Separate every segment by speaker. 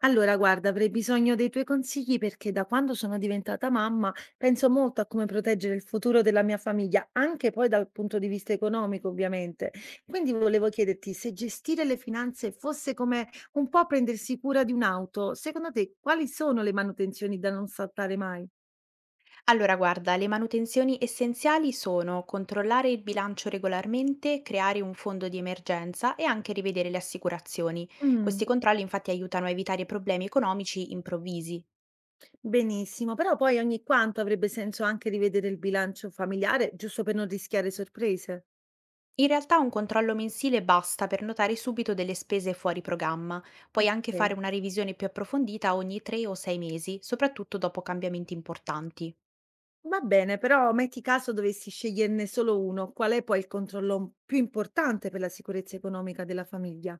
Speaker 1: Allora, guarda, avrei bisogno dei tuoi consigli perché da quando sono diventata mamma penso molto a come proteggere il futuro della mia famiglia, anche poi dal punto di vista economico, ovviamente. Quindi volevo chiederti se gestire le finanze fosse come un po' prendersi cura di un'auto, secondo te quali sono le manutenzioni da non saltare mai?
Speaker 2: Allora, guarda, le manutenzioni essenziali sono controllare il bilancio regolarmente, creare un fondo di emergenza e anche rivedere le assicurazioni.
Speaker 1: Mm,
Speaker 2: Questi controlli infatti aiutano a evitare problemi economici improvvisi.
Speaker 1: benissimo, però poi ogni quanto avrebbe senso anche rivedere il bilancio familiare, giusto per non rischiare sorprese.
Speaker 2: In realtà un controllo mensile basta per notare subito delle spese fuori programma. Puoi anche
Speaker 1: Ok,
Speaker 2: fare una revisione più approfondita ogni 3 o 6 mesi, soprattutto dopo cambiamenti importanti.
Speaker 1: va bene, però metti caso dovessi sceglierne solo uno, qual è poi il controllo più importante per la sicurezza economica della famiglia?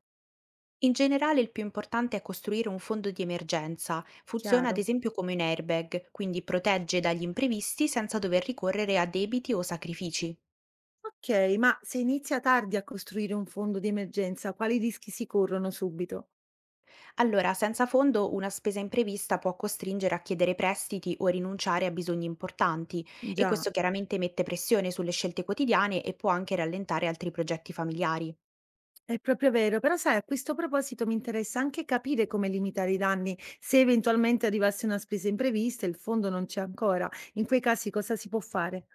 Speaker 2: In generale il più importante è costruire un fondo di emergenza. Funziona ad
Speaker 1: Chiaro.
Speaker 2: esempio come un airbag, quindi protegge dagli imprevisti senza dover ricorrere a debiti o sacrifici.
Speaker 1: Ok, ma se inizia tardi a costruire un fondo di emergenza, quali rischi si corrono subito?
Speaker 2: Allora, senza fondo una spesa imprevista può costringere a chiedere prestiti o rinunciare a bisogni importanti e
Speaker 1: Già,
Speaker 2: questo chiaramente mette pressione sulle scelte quotidiane e può anche rallentare altri progetti familiari.
Speaker 1: è proprio vero, però sai, a questo proposito mi interessa anche capire come limitare i danni. Se eventualmente arrivasse una spesa imprevista e il fondo non c'è ancora, in quei casi cosa si può fare?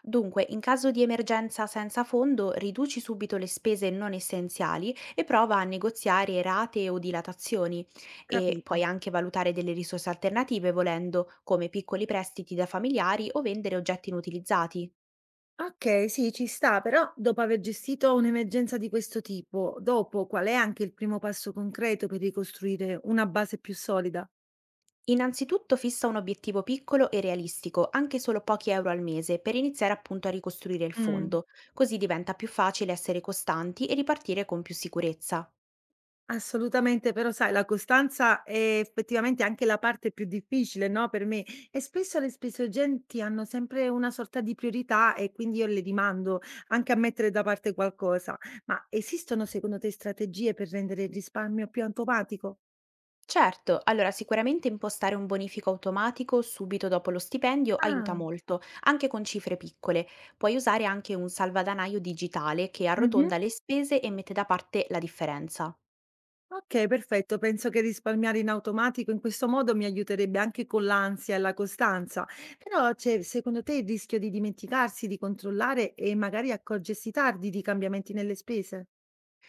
Speaker 2: Dunque, in caso di emergenza senza fondo, riduci subito le spese non essenziali e prova a negoziare rate o dilatazioni e
Speaker 1: Capito.
Speaker 2: puoi anche valutare delle risorse alternative volendo, come piccoli prestiti da familiari o vendere oggetti inutilizzati.
Speaker 1: Okay, sì, ci sta, però dopo aver gestito un'emergenza di questo tipo, dopo qual è anche il primo passo concreto per ricostruire una base più solida?
Speaker 2: Innanzitutto fissa un obiettivo piccolo e realistico, anche solo pochi euro al mese, per iniziare appunto a ricostruire il
Speaker 1: Mh.
Speaker 2: fondo, così diventa più facile essere costanti e ripartire con più sicurezza.
Speaker 1: Assolutamente, però sai la costanza è effettivamente anche la parte più difficile, no, per me, e spesso le spese urgenti hanno sempre una sorta di priorità e quindi io le rimando anche a mettere da parte qualcosa. Ma esistono secondo te strategie per rendere il risparmio più automatico?
Speaker 2: Certo, allora sicuramente impostare un bonifico automatico subito dopo lo stipendio aiuta
Speaker 1: Ah,
Speaker 2: molto, anche con cifre piccole. Puoi usare anche un salvadanaio digitale che
Speaker 1: mh-mh.
Speaker 2: arrotonda le spese e mette da parte la differenza.
Speaker 1: Okay, perfetto. Penso che risparmiare in automatico in questo modo mi aiuterebbe anche con l'ansia e la costanza. Però c'è secondo te il rischio di dimenticarsi di controllare e magari accorgersi tardi di cambiamenti nelle spese?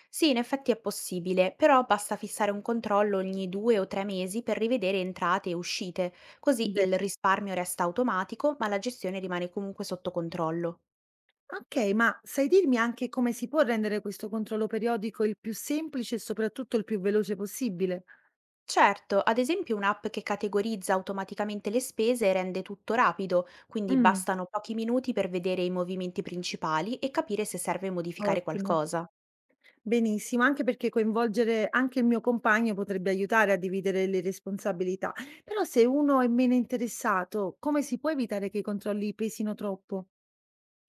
Speaker 2: Sì, in effetti è possibile, però basta fissare un controllo ogni due o tre mesi per rivedere entrate e uscite, così
Speaker 1: Beh,
Speaker 2: il risparmio resta automatico ma la gestione rimane comunque sotto controllo.
Speaker 1: okay, ma sai dirmi anche come si può rendere questo controllo periodico il più semplice e soprattutto il più veloce possibile?
Speaker 2: Certo, ad esempio un'app che categorizza automaticamente le spese rende tutto rapido, quindi
Speaker 1: Mh,
Speaker 2: bastano pochi minuti per vedere i movimenti principali e capire se serve modificare
Speaker 1: ottimo.
Speaker 2: qualcosa.
Speaker 1: Benissimo, anche perché coinvolgere anche il mio compagno potrebbe aiutare a dividere le responsabilità. Però se uno è meno interessato, come si può evitare che i controlli pesino troppo?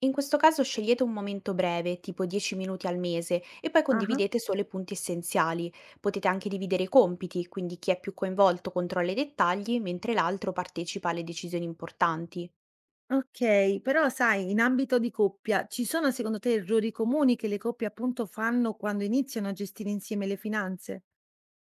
Speaker 2: In questo caso scegliete un momento breve, tipo 10 minuti al mese, e poi
Speaker 1: Ah,
Speaker 2: condividete solo i punti essenziali. Potete anche dividere i compiti, quindi chi è più coinvolto controlla i dettagli, mentre l'altro partecipa alle decisioni importanti.
Speaker 1: ok, però sai, in ambito di coppia, ci sono secondo te errori comuni che le coppie appunto fanno quando iniziano a gestire insieme le finanze?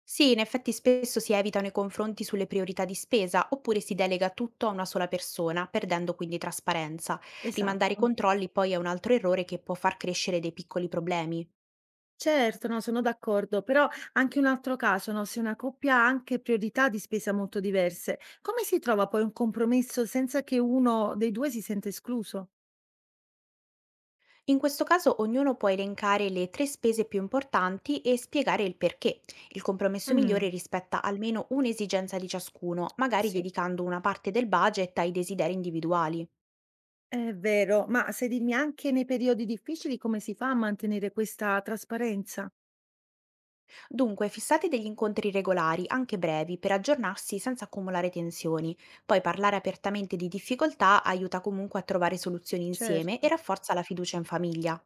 Speaker 2: Sì, in effetti spesso si evitano i confronti sulle priorità di spesa oppure si delega tutto a una sola persona, perdendo quindi trasparenza. Rimandare i
Speaker 1: Esatto.
Speaker 2: controlli poi è un altro errore che può far crescere dei piccoli problemi.
Speaker 1: Certo, no, sono d'accordo, però anche un altro caso, no, se una coppia ha anche priorità di spesa molto diverse, come si trova poi un compromesso senza che uno dei due si senta escluso?
Speaker 2: In questo caso ognuno può elencare le tre spese più importanti e spiegare il perché. Il compromesso
Speaker 1: Mm,
Speaker 2: migliore rispetta almeno un'esigenza di ciascuno, magari
Speaker 1: sì.
Speaker 2: dedicando una parte del budget ai desideri individuali.
Speaker 1: È vero, ma se dimmi anche nei periodi difficili come si fa a mantenere questa trasparenza?
Speaker 2: Dunque, fissate degli incontri regolari, anche brevi, per aggiornarsi senza accumulare tensioni. Poi parlare apertamente di difficoltà aiuta comunque a trovare soluzioni insieme
Speaker 1: Certo.
Speaker 2: e rafforza la fiducia in famiglia.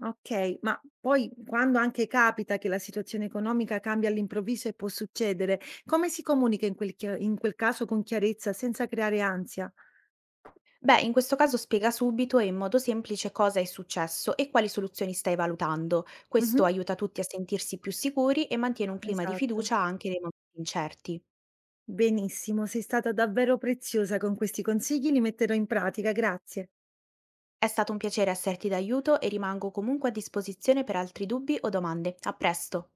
Speaker 1: Ok, ma poi quando anche capita che la situazione economica cambia all'improvviso e può succedere, come si comunica in quel caso con chiarezza senza creare ansia?
Speaker 2: Beh, in questo caso spiega subito e in modo semplice cosa è successo e quali soluzioni stai valutando. Questo
Speaker 1: Mhm.
Speaker 2: aiuta tutti a sentirsi più sicuri e mantiene un clima di
Speaker 1: Esatto.
Speaker 2: fiducia anche nei momenti incerti.
Speaker 1: Benissimo, sei stata davvero preziosa con questi consigli, li metterò in pratica, grazie.
Speaker 2: È stato un piacere esserti d'aiuto e rimango comunque a disposizione per altri dubbi o domande. A presto!